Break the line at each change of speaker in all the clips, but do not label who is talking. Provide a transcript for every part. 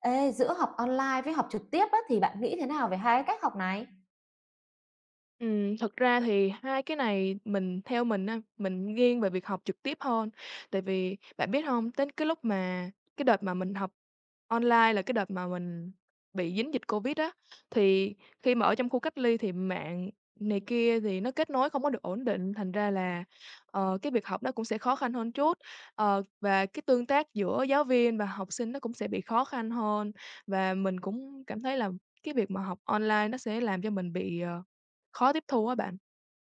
Ê, giữa học online với học trực tiếp á, thì bạn nghĩ thế nào về hai cái cách học này?
Thật ra thì hai cái này mình theo mình á, mình nghiêng về việc học trực tiếp hơn. Tại vì bạn biết không đến cái lúc mà cái đợt mà mình học online là cái đợt mà mình bị dính dịch Covid á, thì khi mà ở trong khu cách ly thì mạng này kia thì nó kết nối không có được ổn định, thành ra là, cái việc học nó cũng sẽ khó khăn hơn chút. Và cái tương tác giữa giáo viên và học sinh nó cũng sẽ bị khó khăn hơn, và mình cũng cảm thấy là cái việc mà học online nó sẽ làm cho mình bị khó tiếp thu á bạn,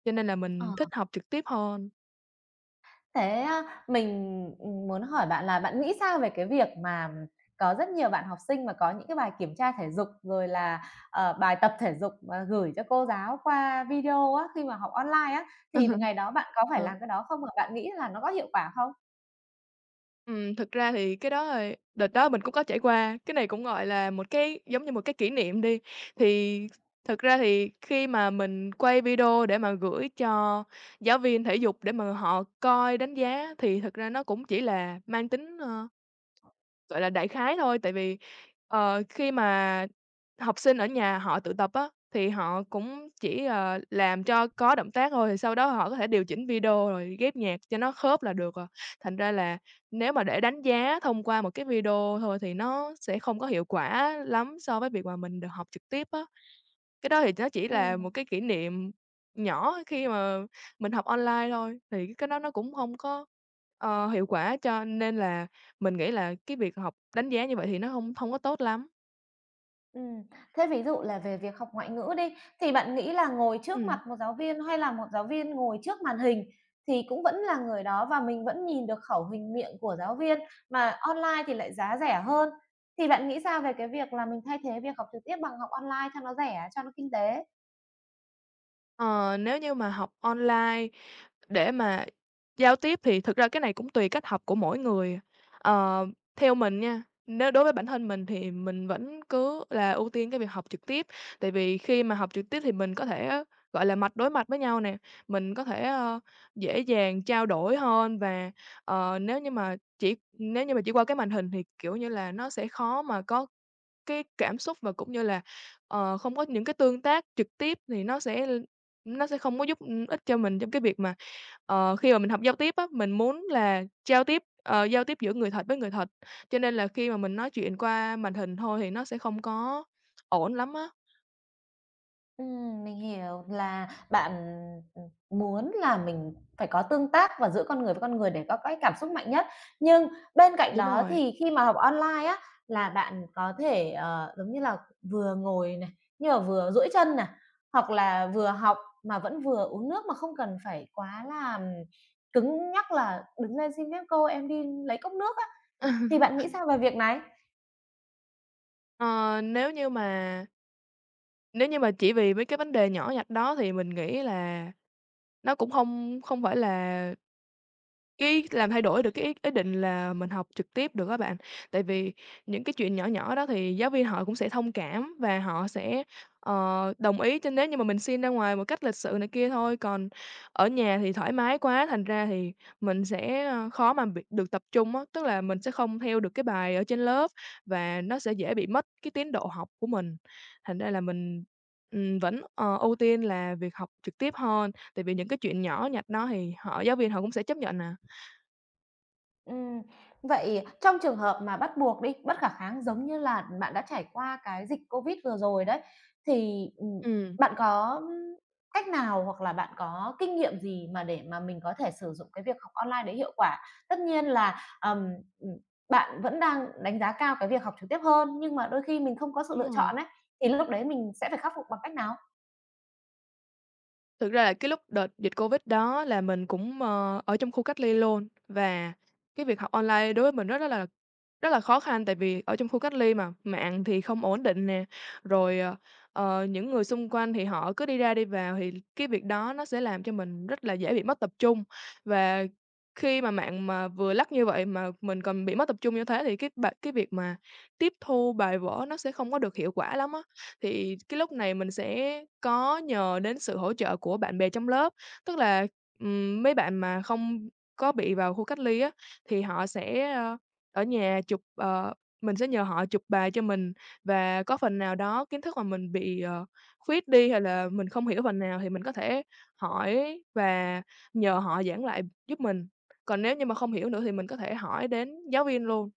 cho nên là
Ờ,
mình thích học trực tiếp hơn.
thế á, mình, muốn hỏi bạn là bạn nghĩ sao về cái việc mà có rất nhiều bạn học sinh mà có những cái bài kiểm tra thể dục, rồi là, bài tập thể dục mà gửi cho cô giáo qua video á, khi mà học online á, thì ngày đó bạn có phải
Ờ,
làm cái đó không? Và bạn nghĩ là nó có hiệu quả không?
Thực ra thì cái đó thì đợt đó mình cũng có trải qua, cái này cũng, gọi là, một cái giống như một cái kỷ niệm đi. Thì thực ra thì khi mà mình quay video để mà gửi cho giáo viên thể dục để mà họ coi đánh giá thì thực ra nó cũng chỉ là mang tính, gọi là, đại khái thôi, tại vì, khi mà học sinh ở nhà họ tự tập á, thì họ cũng chỉ, làm cho có động tác thôi, thì sau đó họ có thể điều chỉnh video rồi ghép nhạc cho nó khớp là được rồi. Thành ra là nếu mà để đánh giá thông qua một cái video thôi thì nó sẽ không có hiệu quả lắm so với việc mà mình được học trực tiếp á. Cái đó thì nó chỉ là
Ừm.
một cái kỷ niệm nhỏ khi mà mình học online thôi, thì cái đó nó cũng không có, hiệu quả, cho nên là mình nghĩ là cái việc học đánh giá như vậy thì nó không không có tốt lắm.
Ừm, thế ví dụ là về việc học ngoại ngữ đi, thì bạn nghĩ là ngồi trước
Ừm.
mặt một giáo viên hay là một giáo viên ngồi trước màn hình thì cũng vẫn là người đó và mình vẫn nhìn được khẩu hình miệng của giáo viên, mà online thì lại giá rẻ hơn. Thì bạn nghĩ sao về cái việc là mình thay thế việc học trực tiếp bằng học online cho nó rẻ, cho nó kinh tế?
Ờ, Nếu như mà học online để mà giao tiếp thì thực ra cái này cũng tùy cách học của mỗi người. Ờ, Theo mình nha, nếu đối với bản thân mình thì mình vẫn cứ là ưu tiên cái việc học trực tiếp, tại vì khi mà học trực tiếp thì mình có thể, gọi là, mặt đối mặt với nhau nè, mình có thể, dễ dàng trao đổi hơn và, nếu như mà chỉ qua cái màn hình thì, kiểu như là, nó sẽ khó mà có cái cảm xúc và cũng như là, không có những cái tương tác trực tiếp thì nó sẽ không có giúp, ích cho mình trong cái việc mà, khi mà mình học giao tiếp á, mình muốn là giao tiếp, giao tiếp giữa người thật với người thật, cho nên là khi mà mình nói chuyện qua màn hình thôi thì nó sẽ không có ổn lắm á.
Mình hiểu là bạn, ừm, muốn là mình phải có tương tác và giữa con người với con người để có cái cảm xúc mạnh nhất. Nhưng bên cạnh
Đúng
đó
rồi.
thì khi mà học online á, là bạn có thể, giống như là, vừa ngồi này, nhưng mà vừa duỗi chân này, hoặc là vừa học mà vẫn vừa uống nước mà không cần phải quá là cứng nhắc là "Đứng lên xin phép cô, em đi lấy cốc nước" á. Thì bạn nghĩ sao về việc này?
Ờ, nếu như mà nếu như mà chỉ vì mấy cái vấn đề nhỏ nhặt đó thì mình nghĩ là nó cũng không không phải là cái làm thay đổi được cái ý ý định là mình học trực tiếp được các bạn. Tại vì những cái chuyện nhỏ nhỏ đó thì giáo viên họ cũng sẽ thông cảm và họ sẽ, đồng ý cho nếu như mà mình xin ra ngoài một cách lịch sự này kia thôi. Còn ở nhà thì thoải mái quá, thành ra thì mình sẽ, khó mà bị được tập trung á, tức là mình sẽ không theo được cái bài ở trên lớp và nó sẽ dễ bị mất cái tiến độ học của mình. Thành ra là mình, vẫn, ưu tiên là việc học trực tiếp hơn, tại vì những cái chuyện nhỏ nhặt đó thì họ giáo viên họ cũng sẽ chấp nhận nè.
Ừm, vậy trong trường hợp mà bắt buộc đi, bất khả kháng giống như là bạn đã trải qua cái dịch Covid vừa rồi đấy, thì,
Ừ,
bạn có cách nào hoặc là bạn có kinh nghiệm gì mà để mà mình có thể sử dụng cái việc học online đấy hiệu quả? Tất nhiên là, ừm, bạn vẫn đang đánh giá cao cái việc học trực tiếp hơn, nhưng mà đôi khi mình không có sự
đúng
lựa
rồi.
chọn ấy, thì lúc đấy mình sẽ phải khắc phục bằng cách nào?
Thực ra là cái lúc đợt dịch Covid đó là mình cũng, ở trong khu cách ly luôn và cái việc học online đối với mình rất là khó khăn tại vì ở trong khu cách ly mà, mạng thì không ổn định nè, rồi, những người xung quanh thì họ cứ đi ra đi vào thì cái việc đó nó sẽ làm cho mình rất là dễ bị mất tập trung. Và khi mà mạng mà vừa lắc như vậy mà mình còn bị mất tập trung như thế thì cái việc mà tiếp thu bài vở nó sẽ không có được hiệu quả lắm á. Thì cái lúc này mình sẽ có nhờ đến sự hỗ trợ của bạn bè trong lớp, tức là, mấy bạn mà không có bị vào khu cách ly á, thì họ sẽ, ở nhà chụp, ờ, mình sẽ nhờ họ chụp bài cho mình và có phần nào đó kiến thức mà mình bị, khuyết đi hay là mình không hiểu phần nào thì mình có thể hỏi và nhờ họ giảng lại giúp mình. Còn nếu như mà không hiểu nữa thì mình có thể hỏi đến giáo viên luôn.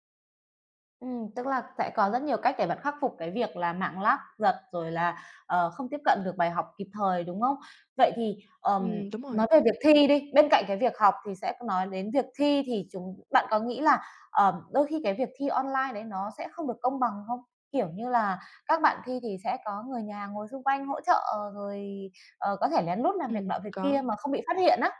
Tức là sẽ có rất nhiều cách để bạn khắc phục cái việc là mạng lác giật, rồi là, không tiếp cận được bài học kịp thời, đúng không? Vậy thì,
Đúng rồi.
nói về việc thi đi, bên cạnh cái việc học thì sẽ nói đến việc thi thì chúng bạn có nghĩ là, đôi khi cái việc thi online đấy nó sẽ không được công bằng không? Kiểu như là, các bạn thi thì sẽ có người nhà ngồi xung quanh hỗ trợ, rồi, có thể lén lút làm việc nọ việc
Có.
kia mà không bị phát hiện á.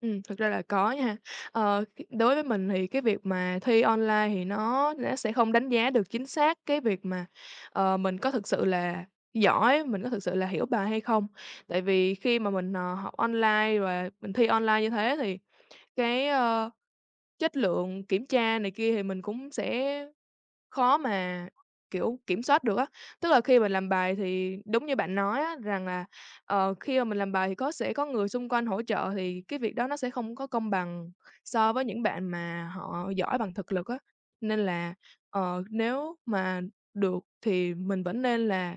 Thực ra là có nha. Khi đối với mình thì cái việc mà thi online thì nó sẽ không đánh giá được chính xác cái việc mà, mình có thực sự là giỏi, mình có thực sự là hiểu bài hay không. Tại vì khi mà mình, học online và mình thi online như thế thì cái, ơ, chất lượng kiểm tra này kia thì mình cũng sẽ khó mà, kiểu, kiểm soát được á. Tức là khi mình làm bài thì đúng như bạn nói á, rằng là, khi mà mình làm bài thì sẽ có người xung quanh hỗ trợ thì cái việc đó nó sẽ không có công bằng so với những bạn mà họ giỏi bằng thực lực á. Nên là, nếu mà được thì mình vẫn nên là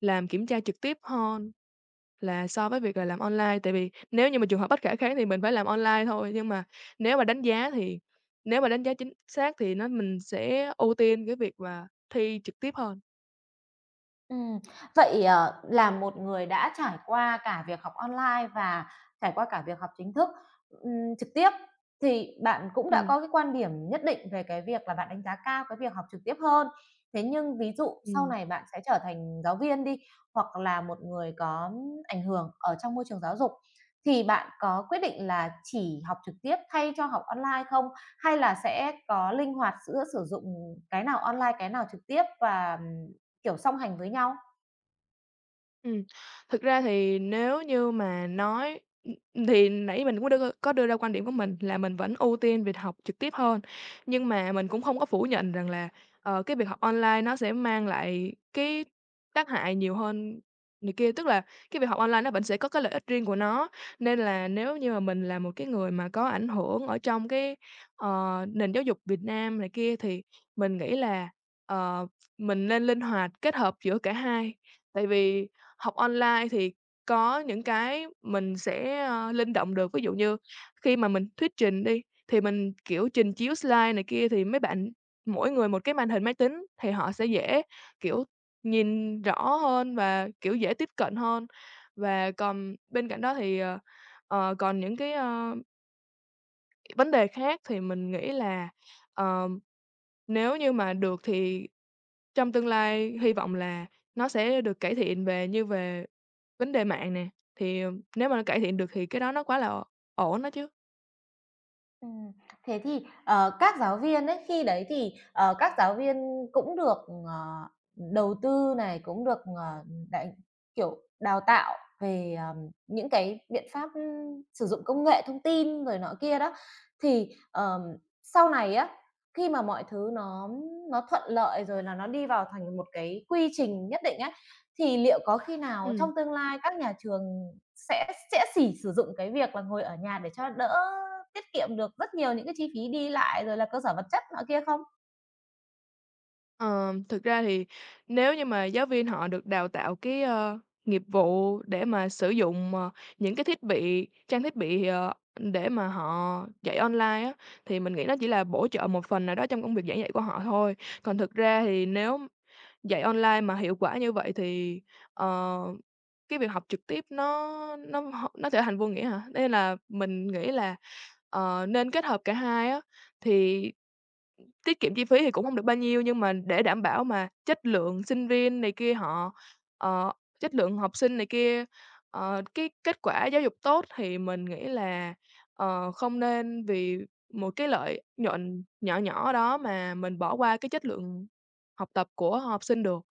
làm kiểm tra trực tiếp hơn. Là so với việc là làm online, tại vì nếu như mà trường hợp bất khả kháng thì mình phải làm online thôi, nhưng mà nếu mà đánh giá thì nếu mà đánh giá chính xác thì mình sẽ ưu tiên cái việc mà thi trực tiếp hơn.
Ừm, vậy, là một người đã trải qua cả việc học online và trải qua cả việc học chính thức, trực tiếp, thì bạn cũng đã
Ừm.
có cái quan điểm nhất định về cái việc là bạn đánh giá cao cái việc học trực tiếp hơn. Thế nhưng ví dụ sau
Ừm.
này bạn sẽ trở thành giáo viên đi, hoặc là một người có ảnh hưởng ở trong môi trường giáo dục, thì bạn có quyết định là chỉ học trực tiếp thay cho học online không? Hay là sẽ có linh hoạt giữa sử dụng cái nào online, cái nào trực tiếp và kiểu song hành với nhau.
Ừm, thực ra thì nếu như mà nói thì nãy mình cũng đưa có đưa ra quan điểm của mình là mình vẫn ưu tiên việc học trực tiếp hơn, nhưng mà mình cũng không có phủ nhận rằng là, cái việc học online nó sẽ mang lại cái tác hại nhiều hơn này kia. Tức là cái việc học online nó vẫn sẽ có cái lợi ích riêng của nó, nên là nếu như mà mình là một cái người mà có ảnh hưởng ở trong cái, ờ, nền giáo dục Việt Nam này kia thì mình nghĩ là, ờ, mình nên linh hoạt kết hợp giữa cả hai. Tại vì học online thì có những cái mình sẽ, linh động được, ví dụ như khi mà mình thuyết trình đi, thì mình, kiểu, trình chiếu slide này kia thì mấy bạn mỗi người một cái màn hình máy tính thì họ sẽ dễ, kiểu, nhìn rõ hơn và, kiểu, dễ tiếp cận hơn. Và còn bên cạnh đó thì, còn những cái, vấn đề khác thì mình nghĩ là, ờ, nếu như mà được thì trong tương lai hy vọng là nó sẽ được cải thiện về vấn đề mạng nè, thì, nếu mà nó cải thiện được thì cái đó nó quá là ổn đó chứ.
Ừm, thế thì, các giáo viên ấy, khi đấy thì, các giáo viên cũng được, ờ, đầu tư này, cũng được, đẩy kiểu, đào tạo về, những cái biện pháp, sử dụng công nghệ thông tin rồi nọ kia đó. Thì, sau này á, khi mà mọi thứ nó thuận lợi rồi là nó đi vào thành một cái quy trình nhất định á, thì liệu có khi nào
Ừm,
trong tương lai các nhà trường sẽ sử dụng cái việc là ngồi ở nhà để cho đỡ tiết kiệm được rất nhiều những cái chi phí đi lại rồi là cơ sở vật chất nọ kia không?
ờ, Thực ra thì nếu như mà giáo viên họ được đào tạo nghiệp vụ để mà sử dụng, những cái thiết bị trang thiết bị, để mà họ dạy online á, thì mình nghĩ nó chỉ là bổ trợ một phần nào đó trong công việc giảng dạy của họ thôi. Còn thực ra thì nếu dạy online mà hiệu quả như vậy thì, ờ, cái việc học trực tiếp nó trở thành vô nghĩa hả? Nên là mình nghĩ là, nên kết hợp cả hai á, thì tiết kiệm chi phí thì cũng không được bao nhiêu, nhưng mà để đảm bảo mà chất lượng sinh viên này kia họ ờ, chất lượng học sinh này kia, cái kết quả giáo dục tốt thì mình nghĩ là, không nên vì một cái lợi nhuận nhỏ nhỏ đó mà mình bỏ qua cái chất lượng học tập của học sinh được.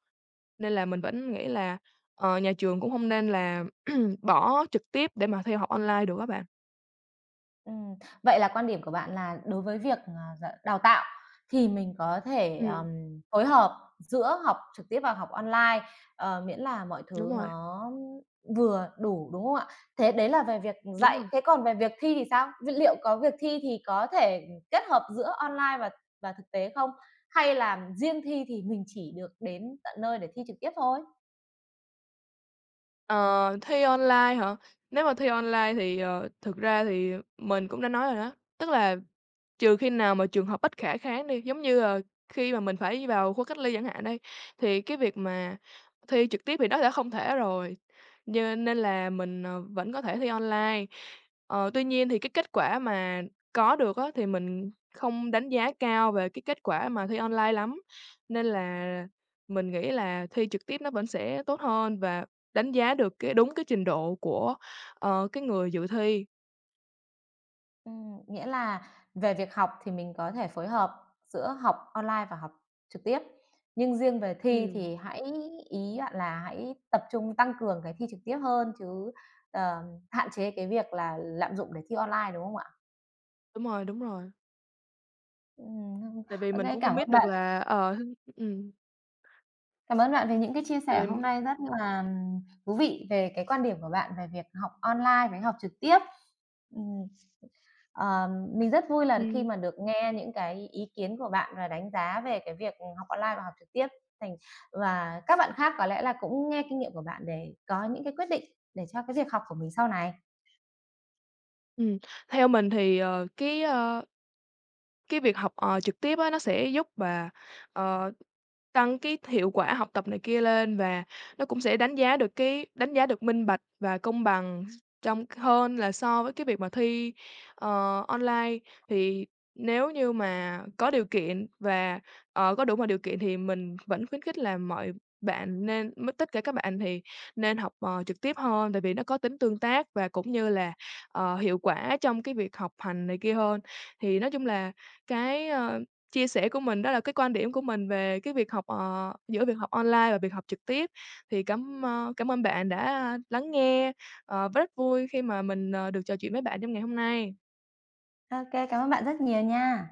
Nên là mình vẫn nghĩ là, nhà trường cũng không nên là bỏ trực tiếp để mà theo học online được các bạn.
Ừm, vậy là quan điểm của bạn là đối với việc, ờ, d đào tạo thì mình có thể,
Ừm,
phối hợp giữa học trực tiếp và học online, miễn là mọi
đúng
thứ
rồi,
nó vừa đủ, đúng không ạ? Thế đấy là về việc
đúng
dạy,
rồi.
thế còn về việc thi thì sao? Liệu có việc thi thì có thể kết hợp giữa online và thực tế không? Hay là riêng thi thì mình chỉ được đến tận nơi để thi trực tiếp thôi?
Ờ, Thi online hả? Nếu mà thi online thì, thực ra thì mình cũng đã nói rồi đó, tức là trừ khi nào mà trường hợp bất khả kháng đi, giống như là khi mà mình phải vào khu cách ly chẳng hạn đây, thì cái việc mà thi trực tiếp thì đó đã không thể rồi, như nên là mình, vẫn có thể thi online. Tuy nhiên thì cái kết quả mà có được á, thì mình không đánh giá cao về cái kết quả mà thi online lắm, nên là mình nghĩ là thi trực tiếp nó vẫn sẽ tốt hơn và đánh giá được cái đúng cái trình độ của, cái người dự thi.
Nghĩa là về việc học thì mình có thể phối hợp giữa học online và học trực tiếp. Nhưng riêng về thi
Ừ,
thì ý bạn là hãy tập trung tăng cường cái thi trực tiếp hơn chứ, ờ, hạn chế cái việc là lạm dụng để thi online, đúng không ạ?
đúng rồi, đúng rồi.
Ừm,
Tại vì mình cũng không
cảm
biết
ơn
được
bạn.
là, ừm,
Cảm ơn bạn về những cái chia
tại
sẻ hôm
vì
nay rất là thú vị về cái quan điểm của bạn về việc học online với học trực tiếp. Ừm. Ờ, mình rất vui là khi
ừm,
mà được nghe những cái ý kiến của bạn và đánh giá về cái việc học online và học trực tiếp thành và các bạn khác có lẽ là cũng nghe kinh nghiệm của bạn để có những cái quyết định để cho cái việc học của mình sau này.
ừm, theo mình thì, cái việc học, trực tiếp á, nó sẽ giúp bà, ờ tăng cái hiệu quả học tập này kia lên và nó cũng sẽ đánh giá được minh bạch và công bằng trong hơn là so với cái việc mà thi, online. Thì nếu như mà có điều kiện và, có đủ mọi điều kiện thì mình vẫn khuyến khích là mọi bạn nên m tất cả các bạn thì nên học, trực tiếp hơn, tại vì nó có tính tương tác và cũng như là, hiệu quả trong cái việc học hành này kia hơn. Thì nói chung là cái, ờ chia sẻ của mình, đó là cái quan điểm của mình về cái việc học, giữa việc học online và việc học trực tiếp. Thì cảm ơn bạn đã lắng nghe, rất vui khi mà mình, được trò chuyện với bạn trong ngày hôm nay.
Ok, cảm ơn bạn rất nhiều nha.